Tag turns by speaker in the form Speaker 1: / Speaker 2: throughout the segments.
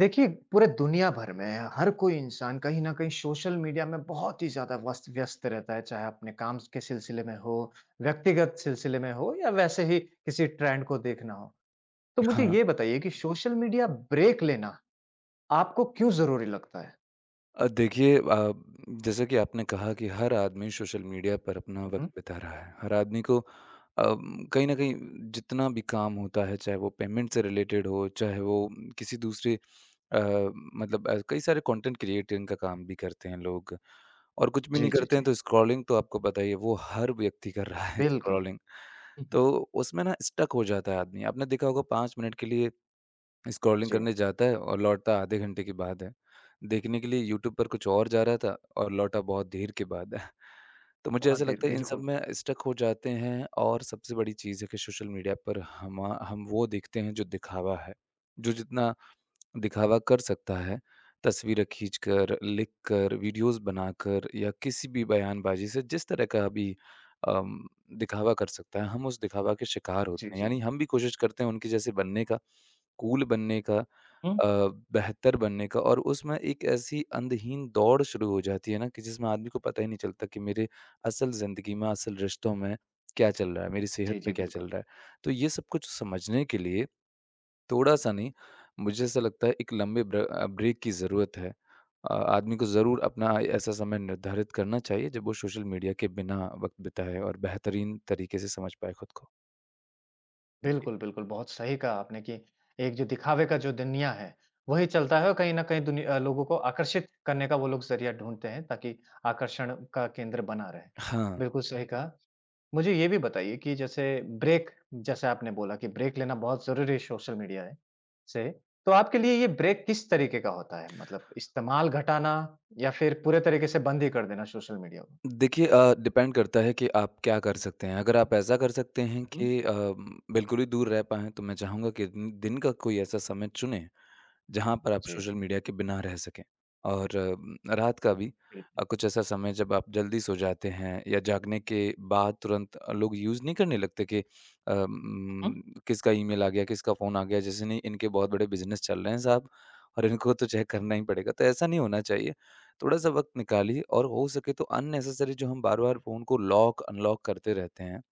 Speaker 1: देखिए, पूरे दुनिया भर में हर कोई इंसान कहीं न कहीं सोशल मीडिया में बहुत ही ज़्यादा वस्त व्यस्त रहता है, चाहे अपने काम के सिलसिले में हो, व्यक्तिगत सिलसिले में हो या वैसे ही किसी ट्रेंड को देखना हो। तो मुझे
Speaker 2: हाँ।
Speaker 1: ये बताइए कि सोशल मीडिया ब्रेक लेना आपको क्यों ज़रूरी लगता है?
Speaker 2: देखिए जैसा कि आपने कहा कि हर आदमी सोशल मीडिया पर अपना
Speaker 1: हुँ,
Speaker 2: वक़्त
Speaker 1: हुँ।
Speaker 2: बिता रहा है। हर आदमी को अ, कहीं न कहीं जितना भी काम होता है, चाहे वो पेमेंट से रिलेटेड हो, चाहे वो किसी दूसरे मतलब कई सारे कंटेंट क्रिएटिंग का काम भी करते हैं लोग और कुछ भी
Speaker 1: जी,
Speaker 2: नहीं
Speaker 1: जी,
Speaker 2: करते हैं
Speaker 1: जी।
Speaker 2: तो स्क्रॉलिंग तो आपको पता ही है, वो हर व्यक्ति कर रहा है
Speaker 1: बिल्कुल।
Speaker 2: स्क्रॉलिंग।
Speaker 1: हुँ, हुँ।
Speaker 2: तो उसमें ना स्टक हो जाता है आदमी। आपने देखा होगा 5 मिनट के लिए स्क्रॉलिंग
Speaker 1: जी,
Speaker 2: करने जाता है और लौटता आधे घंटे के बाद है। देखने के लिए यूट्यूब पर कुछ और जा रहा था और लौटा बहुत देर के बाद है। तो मुझे
Speaker 1: बहुत
Speaker 2: ऐसा
Speaker 1: देर
Speaker 2: लगता है इन सब
Speaker 1: बिल्कुल।
Speaker 2: में स्टक हो जाते हैं और सबसे बड़ी चीज़ है कि सोशल मीडिया पर हम वो देखते हैं जो दिखावा है। जो जितना दिखावा कर सकता है, तस्वीरें खींचकर, लिखकर, वीडियोज़ बनाकर या किसी भी बयानबाज़ी से जिस तरह का भी अम, दिखावा कर सकता है, हम उस दिखावा के शिकार
Speaker 1: जी,
Speaker 2: होते हैं।
Speaker 1: जी।
Speaker 2: यानी हम भी कोशिश करते हैं उनके जैसे बनने का, कूल बनने का
Speaker 1: हुँ।
Speaker 2: अ, बेहतर बनने का और उसमें एक ऐसी अंधहीन दौड़ शुरू हो जाती है ना कि जिसमें आदमी को पता ही नहीं चलता कि मेरे असल ज़िंदगी में, असल रिश्तों में क्या चल रहा है? मेरी सेहत
Speaker 1: जी, जी,
Speaker 2: में क्या चल
Speaker 1: बिल्कुल।
Speaker 2: रहा है? तो ये सब कुछ समझने के लिए थोड़ा-सा नहीं, मुझे ऐसा लगता है एक लंबे ब्रेक की ज़रूरत है। आदमी को ज़रूर अपना ऐसा समय निर्धारित करना चाहिए जब वो सोशल मीडिया के बिना वक़्त बिताए और बेहतरीन तरीके से समझ पाए खुद को। जी।
Speaker 1: बिल्कुल, बिल्कुल, बहुत सही कहा आपने कि एक जो दिखावे का जो दुनिया है, वही चलता है और कहीं न कहीं लोगों को आकर्षित करने का वो लोग ज़रिया ढूँढते हैं ताकि आकर्षण का केंद्र बना रहे।
Speaker 2: हाँ,
Speaker 1: बिल्कुल सही कहा। मुझे ये भी बताइए कि जैसे ब्रेक जैसे आपने बोला कि ब्रेक लेना बहुत ज़रूरी है सोशल मीडिया है से, तो आपके लिए ये ब्रेक किस तरीके का होता है? मतलब इस्तेमाल घटाना या फिर पूरे तरीके से बंद ही कर देना सोशल मीडिया को?
Speaker 2: देखिए डिपेंड करता है कि आप क्या कर सकते हैं। अगर आप ऐसा कर सकते हैं
Speaker 1: हुँ, हुँ।
Speaker 2: कि बिल्कुल ही दूर रह पाएँ, तो मैं चाहूँगा कि दिन दिन का कोई ऐसा समय चुनें जहाँ पर आप
Speaker 1: जी।
Speaker 2: सोशल मीडिया के बिना रह सकें। और रात का भी
Speaker 1: बिल्कुल।
Speaker 2: कुछ ऐसा समय जब आप जल्दी सो जाते हैं या जागने के बाद तुरंत लोग यूज़ नहीं करने लगते कि
Speaker 1: हुँ, हुँ।
Speaker 2: किसका ईमेल आ गया, किसका फ़ोन आ गया, जैसे नहीं इनके बहुत बड़े बिज़नेस चल रहे हैं साहब और इनको तो चेक करना ही पड़ेगा। तो ऐसा नहीं होना चाहिए। थोड़ा-सा वक़्त निकालिए और हो सके तो अननेसेसरी जो हम बार-बार फ़ोन को लॉक अनलॉक करते रहते हैं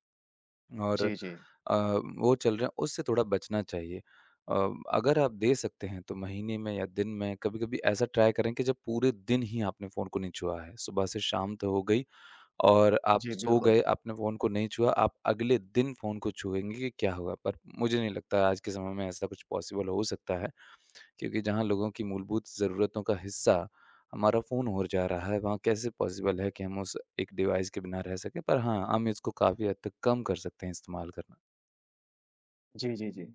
Speaker 2: और
Speaker 1: जी, जी।
Speaker 2: अ, वो चल रहे हैं, उससे थोड़ा बचना चाहिए। अगर आप दे सकते हैं तो महीने में या दिन में कभी-कभी ऐसा ट्राई करें कि जब पूरे दिन ही आपने फ़ोन को नहीं छुआ है, सुबह से शाम तो हो गई और आप
Speaker 1: जी,
Speaker 2: सो
Speaker 1: बिल्कुल।
Speaker 2: गए, आपने फ़ोन को नहीं छुआ, आप अगले दिन फ़ोन को छुएँगे कि क्या होगा? पर मुझे नहीं लगता आज के समय में ऐसा कुछ पॉसिबल हो सकता है, क्योंकि जहाँ लोगों की मूलभूत ज़रूरतों का हिस्सा हमारा फ़ोन हो जा रहा है, वहाँ कैसे पॉसिबल है कि हम उस एक डिवाइस के बिना रह सकें? पर हाँ, हम इसको काफ़ी हद तक कम कर सकते हैं इस्तेमाल करना।
Speaker 1: जी, जी, जी।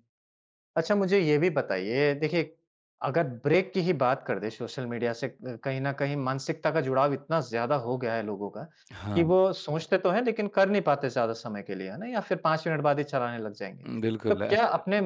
Speaker 1: अच्छा मुझे ये भी बताइए, देखिए अगर ब्रेक की ही बात कर दें सोशल मीडिया से कहीं न कहीं मानसिकता का जुड़ाव इतना ज़्यादा हो गया है लोगों का, कि
Speaker 2: हाँ,
Speaker 1: वो सोचते तो हैं लेकिन कर नहीं पाते ज़्यादा समय के लिए, है ना? या फिर 5 मिनट बाद ही चलाने लग जाएँगे। तो
Speaker 2: बिल्कुल।
Speaker 1: क्या अपने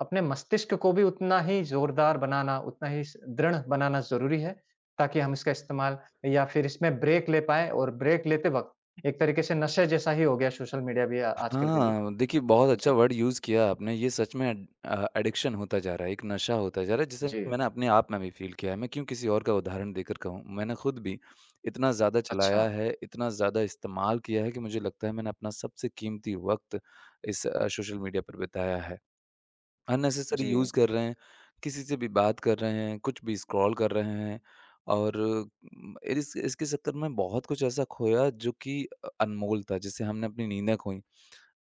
Speaker 1: अपने मस्तिष्क को भी उतना ही ज़ोरदार बनाना, उतना ही स दृढ़ बनाना ज़रूरी है, ताकि हम इसका इस्तेमाल या फिर इसमें ब्रेक ले पाएँ और ब्रेक लेते वक़्त एक तरीके से नशे जैसा ही हो गया सोशल मीडिया भी आजकल के लिए?
Speaker 2: हाँ, देखिए बहुत अच्छा
Speaker 1: जी।
Speaker 2: वर्ड यूज़ किया आपने, ये सच में एडिक्शन होता जा रहा है, एक नशा होता जा रहा है जिसे
Speaker 1: जी।
Speaker 2: मैंने अपने आप में भी फ़ील किया है, मैं क्यों किसी और का उदाहरण देकर कहूँ। मैंने खुद भी इतना ज़्यादा
Speaker 1: अच्छा।
Speaker 2: चलाया है, इतना ज़्यादा इस्तेमाल किया है कि मुझे लगता है मैंने अपना सबसे कीमती वक़्त इस सोशल मीडिया पर बिताया है। अननेसेसरी
Speaker 1: जी।
Speaker 2: यूज़ कर रहे हैं, किसी से भी बात कर रहे हैं, कुछ भी स्क्रॉल कर रहे हैं और इस इसके चक्कर में बहुत कुछ ऐसा खोया जो कि अनमोल था, जिससे हमने अपनी नींदें खोई।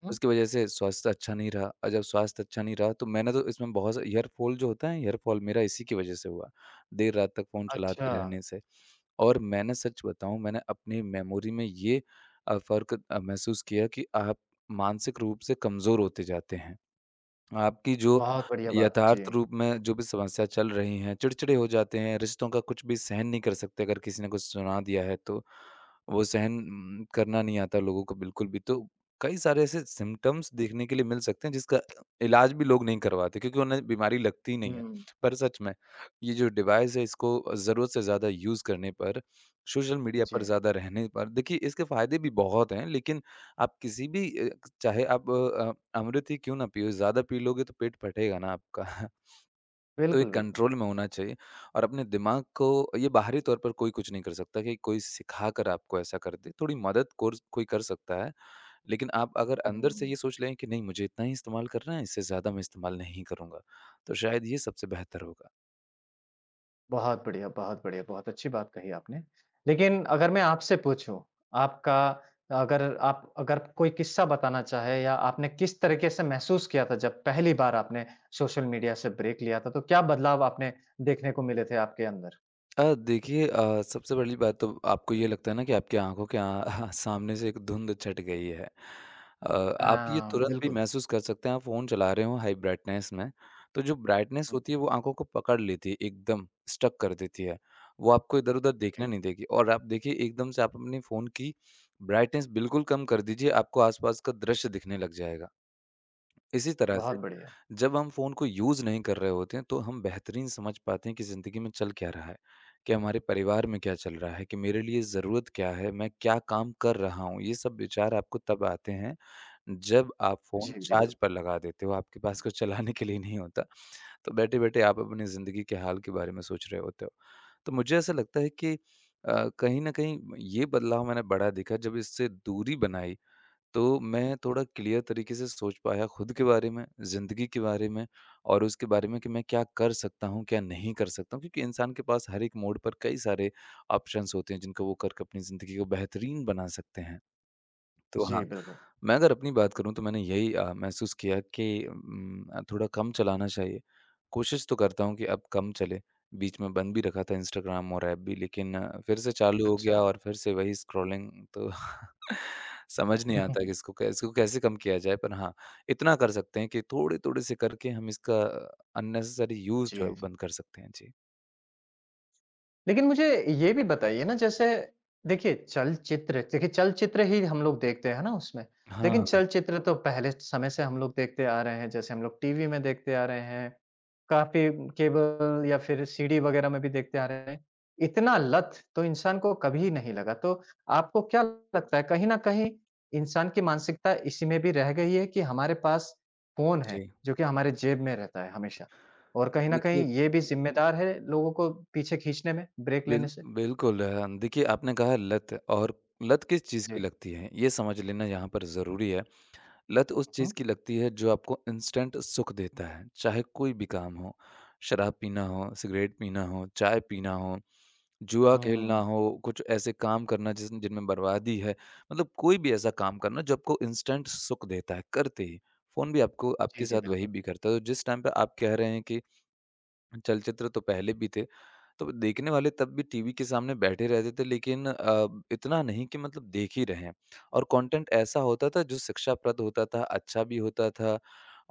Speaker 1: हुँ।
Speaker 2: उसकी वजह से स्वास्थ्य अच्छा नहीं रहा और जब स्वास्थ्य अच्छा नहीं रहा तो मैंने तो इसमें बहुत ईयरफॉल जो होता है ईयरफॉल मेरा इसी की वजह से हुआ। देर रात तक फ़ोन
Speaker 1: अच्छा,
Speaker 2: चलाते रहने से और मैंने सच बताऊँ मैंने अपनी मेमोरी में ये फ़र्क महसूस किया कि आप मानसिक रूप से कमज़ोर होते जाते हैं। आपकी जो
Speaker 1: बहुत बढ़िया बात। जी।
Speaker 2: यथार्थ रूप में जो भी समस्या चल रही हैं, चिड़चिड़े हो जाते हैं, रिश्तों का कुछ भी सहन नहीं कर सकते अगर किसी ने कुछ सुना दिया है तो, वो सहन करना नहीं आता लोगों को बिल्कुल भी। तो कई सारे ऐसे सिम्पटम्स देखने के लिए मिल सकते हैं जिसका इलाज भी लोग नहीं करवाते क्योंकि उन्हें बीमारी लगती ही नहीं है।
Speaker 1: हुँ,
Speaker 2: पर सच में ये जो डिवाइस है इसको ज़रूरत से ज़्यादा यूज़ करने पर, सोशल मीडिया पर
Speaker 1: जी।
Speaker 2: ज़्यादा रहने पर देखिए इसके फ़ायदे भी बहुत हैं लेकिन आप किसी भी चाहे आप अमृत ही क्यों ना पियो, ज़्यादा पी लोगे तो पेट फटेगा ना आपका। तो
Speaker 1: बिल्कुल,
Speaker 2: एक
Speaker 1: बिल्कुल।
Speaker 2: कंट्रोल में होना चाहिए और अपने दिमाग को ये बाहरी तौर पर कोई कुछ नहीं कर सकता कि कोई सिखाकर आपको ऐसा कर दे। थोड़ी मदद कोर्स कोई कर सकता है, लेकिन आप अगर अंदर से
Speaker 1: हुँ,
Speaker 2: ये सोच लें कि नहीं मुझे इतना ही इस्तेमाल करना है, इससे ज़्यादा मैं इस्तेमाल नहीं करूँगा, तो शायद ये सबसे बेहतर होगा।
Speaker 1: बहुत बढ़िया, बहुत बढ़िया, बहुत अच्छी बात कही आपने। लेकिन अगर मैं आपसे पूछूँ, आपका अगर आप अगर कोई किस्सा बताना चाहे या आपने किस तरीके से महसूस किया था जब पहली बार आपने सोशल मीडिया से ब्रेक लिया था, तो क्या बदलाव आपने देखने को मिले थे आपके अंदर?
Speaker 2: देखिए सबसे पहली बात तो आपको ये लगता है ना कि आपकी आँखों के सामने से एक धुंध छट गई है। अ,
Speaker 1: अ,
Speaker 2: आप ये तुरंत भी
Speaker 1: बिल्कुल।
Speaker 2: महसूस कर सकते हैं, आप फ़ोन चला रहे हो हाई ब्राइटनेस में, तो जो ब्राइटनेस
Speaker 1: हुँ,
Speaker 2: होती है वो आँखों को पकड़ लेती है, एकदम स्टक कर देती है। वो आपको इधर-उधर देखने
Speaker 1: जी,
Speaker 2: नहीं देगी और आप देखिए एकदम से आप अपने फ़ोन की ब्राइटनेस बिल्कुल कम कर दीजिए, आपको आस-पास का दृश्य दिखने लग जाएगा। इसी तरह से
Speaker 1: बहुत बढ़िया।
Speaker 2: जब हम फ़ोन को यूज़ नहीं कर रहे होते हैं, तो हम बेहतरीन समझ पाते हैं कि ज़िंदगी में चल क्या रहा है? कि हमारे परिवार में क्या चल रहा है? कि मेरे लिए ज़रूरत क्या है? मैं क्या काम कर रहा हूँ? ये सब विचार आपको तब आते हैं, जब आप
Speaker 1: जी,
Speaker 2: फ़ोन
Speaker 1: जी,
Speaker 2: चार्ज
Speaker 1: बिल्कुल।
Speaker 2: पर लगा देते हो, आपके पास कुछ चलाने के लिए नहीं होता। तो बैठे-बैठे आप अपनी ज़िंदगी के हाल के बारे में सोच रहे होते हो। तो मुझे ऐसा लगता है कि कहीं न कहीं ये बदलाव मैंने बड़ा देखा, जब इससे दूरी बनाई तो मैं थोड़ा क्लियर तरीके से सोच पाया खुद के बारे में, ज़िंदगी के बारे में और उसके बारे में कि मैं क्या कर सकता हूँ, क्या नहीं कर सकता हूँ। क्योंकि इंसान के पास हर एक मोड़ पर कई सारे ऑप्शंस होते हैं जिनको वो करके अपनी ज़िंदगी को बेहतरीन बना सकते हैं। तो
Speaker 1: जी,
Speaker 2: हाँ,
Speaker 1: बिल्कुल।
Speaker 2: मैं अगर अपनी बात करूँ तो मैंने यही महसूस किया कि थोड़ा कम चलाना चाहिए। कोशिश तो करता हूँ कि अब कम चले, बीच में बंद भी रखा था इंस्टाग्राम और ऐप भी लेकिन फिर से चालू हो
Speaker 1: अच्छा।
Speaker 2: गया और फिर से वही स्क्रॉलिंग तो समझ नहीं आता कि इसको कैसे कम किया जाए, पर हाँ, इतना कर सकते हैं कि थोड़े-थोड़े से करके हम इसका अननेसेसरी यूज़ जो है
Speaker 1: जी।
Speaker 2: वो बंद कर सकते हैं। जी।
Speaker 1: लेकिन मुझे ये भी बताइए ना जैसे देखिए चलचित्र ही हम लोग देखते हैं ना उसमें। लेकिन
Speaker 2: हाँ,
Speaker 1: चलचित्र तो पहले समय से हम लोग देखते आ रहे हैं, जैसे हम लोग टीवी में देखते आ रहे हैं, काफ़ी केबल या फिर सीडी वग़ैरह में भी देखते आ रहे हैं। इतना लत तो इंसान को कभी नहीं लगा, तो आपको क्या लगता है कहीं न कहीं इंसान की मानसिकता इसी में भी रह गई है कि हमारे पास फ़ोन है,
Speaker 2: जी।
Speaker 1: जो कि हमारे जेब में रहता है हमेशा? और कहीं न
Speaker 2: देखिए
Speaker 1: कहीं ये भी ज़िम्मेदार है लोगों को पीछे खींचने में ब्रेक
Speaker 2: बिल
Speaker 1: लेने से।
Speaker 2: बिल्कुल देखिए आपने कहा लत और लत किस चीज़
Speaker 1: जी।
Speaker 2: की लगती है, ये समझ लेना यहाँ पर ज़रूरी है। लत उस
Speaker 1: हुँ,
Speaker 2: चीज़ की लगती है जो आपको इंस्टेंट सुख देता है, चाहे कोई भी काम हो। शराब पीना हो, सिगरेट पीना हो, चाय पीना हो, जुआ खेलना
Speaker 1: हुँ।
Speaker 2: हो, कुछ ऐसे काम करना जिस जिनमें बर्बादी है। मतलब कोई भी ऐसा काम करना जो आपको इंस्टेंट सुख देता है, करते ही। फ़ोन भी आपको
Speaker 1: जी,
Speaker 2: आपके
Speaker 1: जी,
Speaker 2: साथ वही
Speaker 1: बिल्कुल।
Speaker 2: भी करता है। तो जिस टाइम पे आप कह रहे हैं कि चलचित्र तो पहले भी थे, तो देखने वाले तब भी टीवी के सामने बैठे रहते थे लेकिन इतना नहीं कि मतलब देख ही रहे हैं और कंटेंट ऐसा होता था जो शिक्षाप्रद होता था, अच्छा भी होता था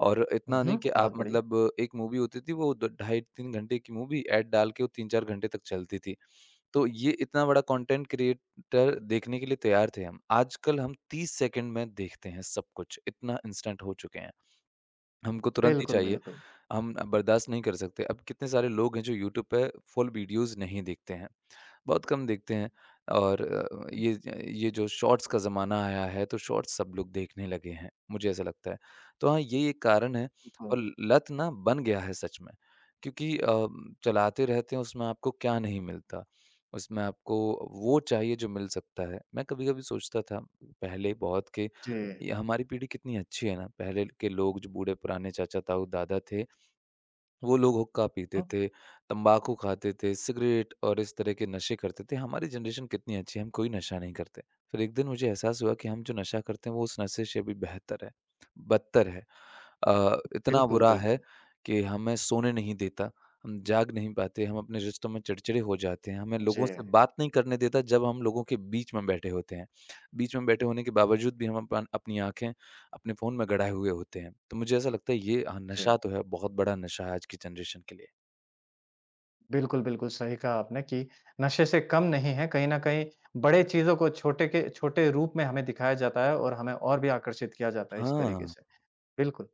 Speaker 2: और
Speaker 1: हुँ,
Speaker 2: इतना नहीं
Speaker 1: हुँ,
Speaker 2: कि आप
Speaker 1: बहुत बढ़िया।
Speaker 2: मतलब एक मूवी होती थी वो द ढाई 3 घंटे की मूवी ऐड डाल के वो 3-4 घंटे तक चलती थी। तो ये इतना बड़ा कंटेंट क्रिएटर देखने के लिए तैयार थे हम। आजकल हम 30 सेकंड में देखते हैं सब कुछ, इतना इंस्टेंट हो चुके हैं। हमको तुरंत ही
Speaker 1: बिल्कुल,
Speaker 2: चाहिए,
Speaker 1: बिल्कुल।
Speaker 2: हम बर्दाश्त नहीं कर सकते। अब कितने सारे लोग हैं जो यूट्यूब पे फुल वीडियोज़ नहीं देखते हैं। बहुत कम देखते हैं और
Speaker 1: हुँ,
Speaker 2: ये जो शॉर्ट्स का ज़माना आया है तो शॉर्ट्स सब लोग देखने लगे हैं, मुझे ऐसा लगता है। तो हाँ, ये एक कारण है
Speaker 1: बिल्कुल।
Speaker 2: और लत ना बन गया है सच में क्योंकि चलाते रहते हैं उसमें आपको क्या नहीं मिलता, उसमें आपको वो चाहिए जो मिल सकता है। मैं कभी-कभी सोचता था पहले बहुत कि
Speaker 1: जी।
Speaker 2: ये हमारी पीढ़ी कितनी अच्छी है ना, पहले के लोग जो बूढ़े पुराने चाचा-ताऊ, दादा थे वो लोग हुक्का पीते
Speaker 1: हुँ,
Speaker 2: थे, तम्बाकू खाते थे, सिगरेट और इस तरह के नशे करते थे। हमारी जनरेशन कितनी अच्छी है, हम कोई नशा नहीं करते। फिर एक दिन मुझे एहसास हुआ कि हम जो नशा करते हैं, वो उस नशे से भी बेहतर है, बदतर है। इतना
Speaker 1: बिल्कुल,
Speaker 2: बुरा है
Speaker 1: बिल्कुल।
Speaker 2: कि हमें सोने नहीं देता, हम जाग नहीं पाते, हम अपने रिश्तों में चिड़चिड़े हो जाते हैं, हमें
Speaker 1: जी,
Speaker 2: लोगों से बात नहीं करने देता जब हम लोगों के बीच में बैठे होते हैं। बीच में बैठे होने के बावजूद भी हम अपनी आँखें अपने फ़ोन में गड़ाए हुए होते हैं। तो मुझे ऐसा लगता है ये हाँ,
Speaker 1: जी।
Speaker 2: नशा तो है, बहुत बड़ा नशा है आज की जनरेशन के लिए।
Speaker 1: बिल्कुल, बिल्कुल सही कहा आपने कि नशे से कम नहीं है, कहीं न कहीं बड़े चीज़ों को छोटे के छोटे रूप में हमें दिखाया जाता है और हमें और भी आकर्षित किया जाता है इस तरीके
Speaker 2: हाँ,
Speaker 1: से। बिल्कुल।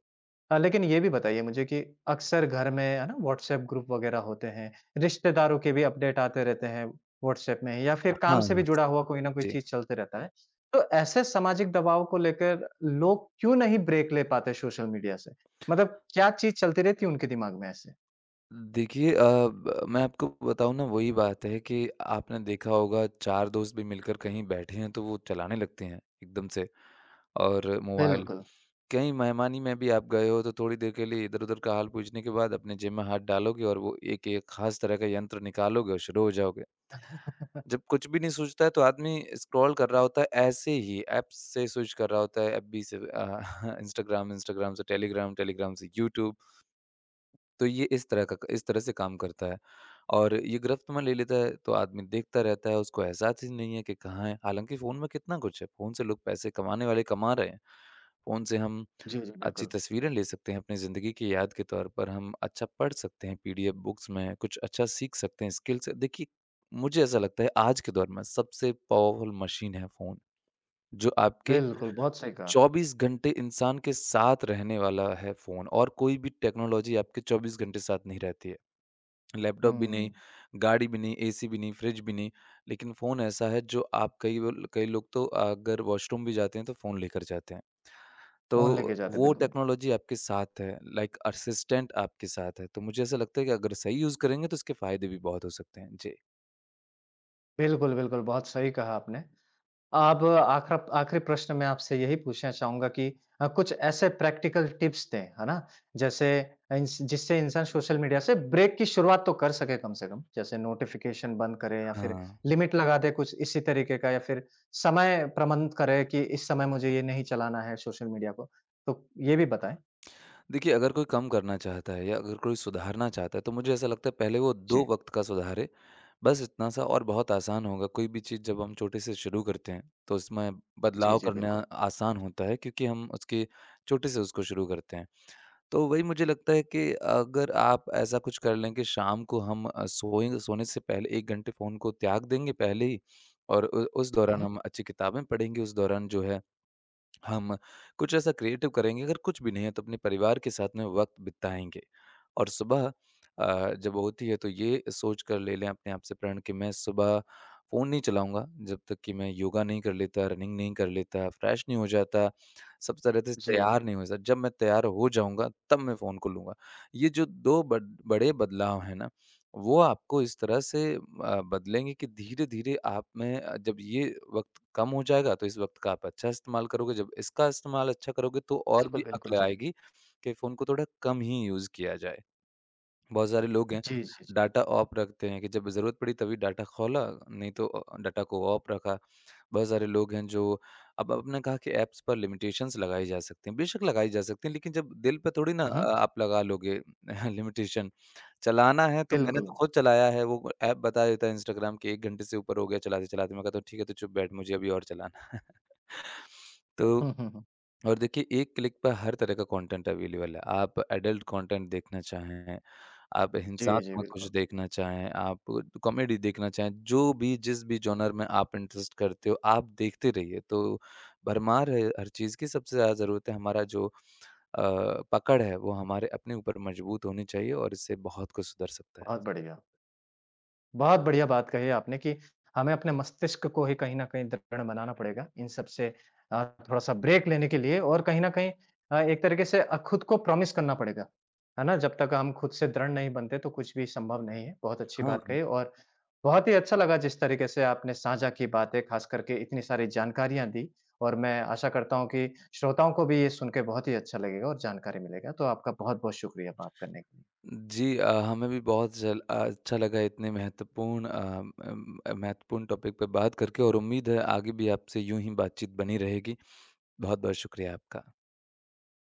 Speaker 1: हाँ, लेकिन ये भी बताइए मुझे कि अक्सर घर में है ना व्हाट्सएप ग्रुप वगैरह होते हैं, रिश्तेदारों के भी अपडेट आते रहते हैं व्हाट्सएप में या फिर काम
Speaker 2: हाँ,
Speaker 1: से भी
Speaker 2: हाँ।
Speaker 1: जुड़ा हुआ कोई ना कोई
Speaker 2: जी।
Speaker 1: चीज़ चलते रहता है। तो ऐसे सामाजिक दबाव को लेकर लोग क्यों नहीं ब्रेक ले पाते सोशल मीडिया से? मतलब क्या चीज़ चलती रहती है उनके दिमाग में ऐसे?
Speaker 2: देखिए अ, ब मैं आपको बताऊँ ना, वही बात है कि आपने देखा होगा 4 दोस्त भी मिलकर कहीं बैठे हैं तो वो चलाने लगते हैं एकदम से और मोबाइल।
Speaker 1: बिल्कुल।
Speaker 2: कहीं मेहमानी में भी आप गए हो तो थोड़ी देर के लिए इधर-उधर का हाल पूछने के बाद अपने जेब में हाथ डालोगे और वो एक एक ख़ास तरह का यंत्र निकालोगे और शुरू हो जाओगे। जब कुछ भी नहीं सूझता है तो आदमी स्क्रॉल कर रहा होता है, ऐसे ही ऐप्स से स्विच कर रहा होता है, एफबी से इंस्टाग्राम इंस्टाग्राम से टेलीग्राम टेलीग्राम से यूट्यूब। तो ये इस तरह से काम करता है और ये गिरफ्त में ले लेता है, तो आदमी देखता रहता है, उसको एहसास ही नहीं है कि कहाँ है। हालांकि फ़ोन में कितना कुछ है, फ़ोन से लोग पैसे कमाने वाले कमा रहे हैं, फ़ोन से हम
Speaker 1: जी, जी,
Speaker 2: अच्छी
Speaker 1: बिल्कुल।
Speaker 2: तस्वीरें ले सकते हैं अपनी ज़िंदगी की याद के तौर पर, हम अच्छा पढ़ सकते हैं पीडीएफ बुक्स में, कुछ अच्छा सीख सकते हैं स्किल्स। देखिए मुझे ऐसा लगता है आज के दौर में सबसे पावरफुल मशीन है फ़ोन, जो आपके
Speaker 1: बिल्कुल, बहुत सही कहा।
Speaker 2: 24 घंटे इंसान के साथ रहने वाला है। फ़ोन और कोई भी टेक्नोलॉजी आपके 24 घंटे साथ नहीं रहती है, लैपटॉप भी नहीं,
Speaker 1: हुँ,
Speaker 2: गाड़ी भी नहीं, एसी भी नहीं, फ्रिज भी नहीं, लेकिन फ़ोन ऐसा है जो आप कई वो कई लोग तो अगर वॉशरूम भी जाते हैं तो फ़ोन लेकर जाते हैं। तो
Speaker 1: फ़ोन लेके जाते,
Speaker 2: वो
Speaker 1: बिल्कुल।
Speaker 2: टेक्नोलॉज़ी आपके साथ है, लाइक असिस्टेंट आपके साथ है, तो मुझे ऐसा लगता है कि अगर सही यूज़ करेंगे तो इसके फ़ायदे भी बहुत हो सकते हैं। जी।
Speaker 1: बिल्कुल, बिल्कुल, बहुत सही कहा आपने। अब आखरा आखिरी प्रश्न मैं आपसे यही पूछना चाहूँगा कि कुछ ऐसे प्रैक्टिकल टिप्स दें, है ना? जैसे इंस जिससे इंसान सोशल मीडिया से ब्रेक की शुरुआत तो कर सके कम से कम। जैसे नोटिफ़िकेशन बंद करे या फिर
Speaker 2: हाँ,
Speaker 1: लिमिट लगा दे कुछ इसी तरीके का या फिर समय प्रबंध करे कि इस समय मुझे ये नहीं चलाना है सोशल मीडिया को। तो ये भी बताएँ?
Speaker 2: देखिए अगर कोई कम करना चाहता है या अगर कोई सुधारना चाहता है, तो मुझे ऐसा लगता है पहले वो 2
Speaker 1: जी।
Speaker 2: वक़्त का सुधारे, बस इतना सा और बहुत आसान होगा। कोई भी चीज़ जब हम छोटे से शुरू करते हैं, तो उसमें
Speaker 1: जी,
Speaker 2: बदलाव
Speaker 1: जी,
Speaker 2: करना
Speaker 1: बिल्कुल।
Speaker 2: आसान होता है क्योंकि हम उसके छोटे से उसको शुरू करते हैं। तो वही मुझे लगता है कि अगर आप ऐसा कुछ कर लें कि शाम को हम सोएँ सोने से पहले 1 घंटे फ़ोन को त्याग देंगे पहले ही, और उ उस
Speaker 1: हुँ,
Speaker 2: दौरान
Speaker 1: हुँ।
Speaker 2: हम अच्छी किताबें पढ़ेंगे, उस दौरान जो है हम कुछ ऐसा क्रिएटिव करेंगे, अगर कुछ भी नहीं है तो अपने परिवार के साथ में वक्त बिताएँगे। और सुबह जब होती है तो ये सोच कर ले लें अपने आप से प्रण कि मैं सुबह फ़ोन नहीं चलाऊँगा जब तक कि मैं योगा नहीं कर लेता, रनिंग नहीं कर लेता, फ्रेश नहीं हो जाता, सब तरह से
Speaker 1: जी।
Speaker 2: तैयार नहीं हो जाता। जब मैं तैयार हो जाऊँगा तब मैं फ़ोन को लूँगा। ये जो 2 बड बड़े बदलाव हैं ना, वो आपको इस तरह से बदलेंगे कि धीरे-धीरे आप में जब ये वक़्त कम हो जाएगा, तो इस वक़्त का आप अच्छा इस्तेमाल करोगे, जब इसका इस्तेमाल अच्छा करोगे तो और
Speaker 1: बिल्कुल,
Speaker 2: भी
Speaker 1: बिल्कुल,
Speaker 2: अक्ल
Speaker 1: जी।
Speaker 2: आएगी कि फ़ोन को थोड़ा कम ही यूज़ किया जाए। बहुत सारे लोग हैं,
Speaker 1: जी, जी, जी।
Speaker 2: डाटा ऑफ रखते हैं कि जब ज़रूरत पड़ी तभी डाटा खोला, नहीं तो डाटा को ऑफ रखा। बहुत सारे लोग हैं जो। अब आपने कहा कि ऐप्स पर लिमिटेशंस लगाई जा सकती हैं, बेशक लगाई जा सकती हैं, लेकिन जब दिल पे थोड़ी ना
Speaker 1: हुँ, हुँ।
Speaker 2: आप लगा लोगे। लिमिटेशन चलाना है तो मैंने
Speaker 1: बिल्कुल।
Speaker 2: तो खुद चलाया है, वो ऐप बता देता है इंस्टाग्राम कि 1 घंटे से ऊपर हो गया चलाते-चलाते, मैं कहता हूँ ठीक है, तो चुप बैठ मुझे अभी और चलाना है। तो
Speaker 1: हुँ, हुँ, हुँ।
Speaker 2: और देखिए एक क्लिक पर हर तरह का कंटेंट अवेलेबल है, आप एडल्ट कंटेंट देखना चाहें, आप
Speaker 1: जी, जी,
Speaker 2: हिंसात्मक कुछ
Speaker 1: बिल्कुल।
Speaker 2: देखना चाहें, आप कॉमेडी देखना चाहें, जो भी जिस भी जॉनर में आप इंटरेस्ट करते हो, आप देखते रहिए। तो भरमार है हर चीज़ की, सबसे ज़्यादा ज़रूरत है हमारा जो पकड़ है वो हमारे अपने ऊपर मजबूत होनी चाहिए और इससे बहुत कुछ सुधर सकता है।
Speaker 1: बहुत
Speaker 2: जी।
Speaker 1: बढ़िया। बहुत बढ़िया बात कही आपने कि हमें अपने मस्तिष्क को ही कहीं न कहीं दृढ़ बनाना पड़ेगा इन सब से अ, थोड़ा-सा ब्रेक लेने के लिए और कहीं न कहीं एक तरीके से खुद को प्रॉमिस करना पड़ेगा, है ना? जब तक हम खुद से दृढ़ नहीं बनते तो कुछ भी संभव नहीं है। बहुत अच्छी
Speaker 2: हाँ।
Speaker 1: बात कही और बहुत ही अच्छा लगा जिस तरीके से आपने साझा की बातें, खास करके इतनी सारी जानकारियाँ दी और मैं आशा करता हूँ कि श्रोताओं को भी ये सुन के बहुत ही अच्छा लगेगा और जानकारी मिलेगा। तो आपका बहुत-बहुत शुक्रिया बात करने के लिए।
Speaker 2: जी हमें भी बहुत अच्छा लगा इतने महत्वपूर्ण अ, अम, अ, महत्वपूर्ण टॉपिक पे बात करके, और उम्मीद है आगे भी आपसे यूँ ही बातचीत बनी रहेगी। बहुत-बहुत शुक्रिया आपका।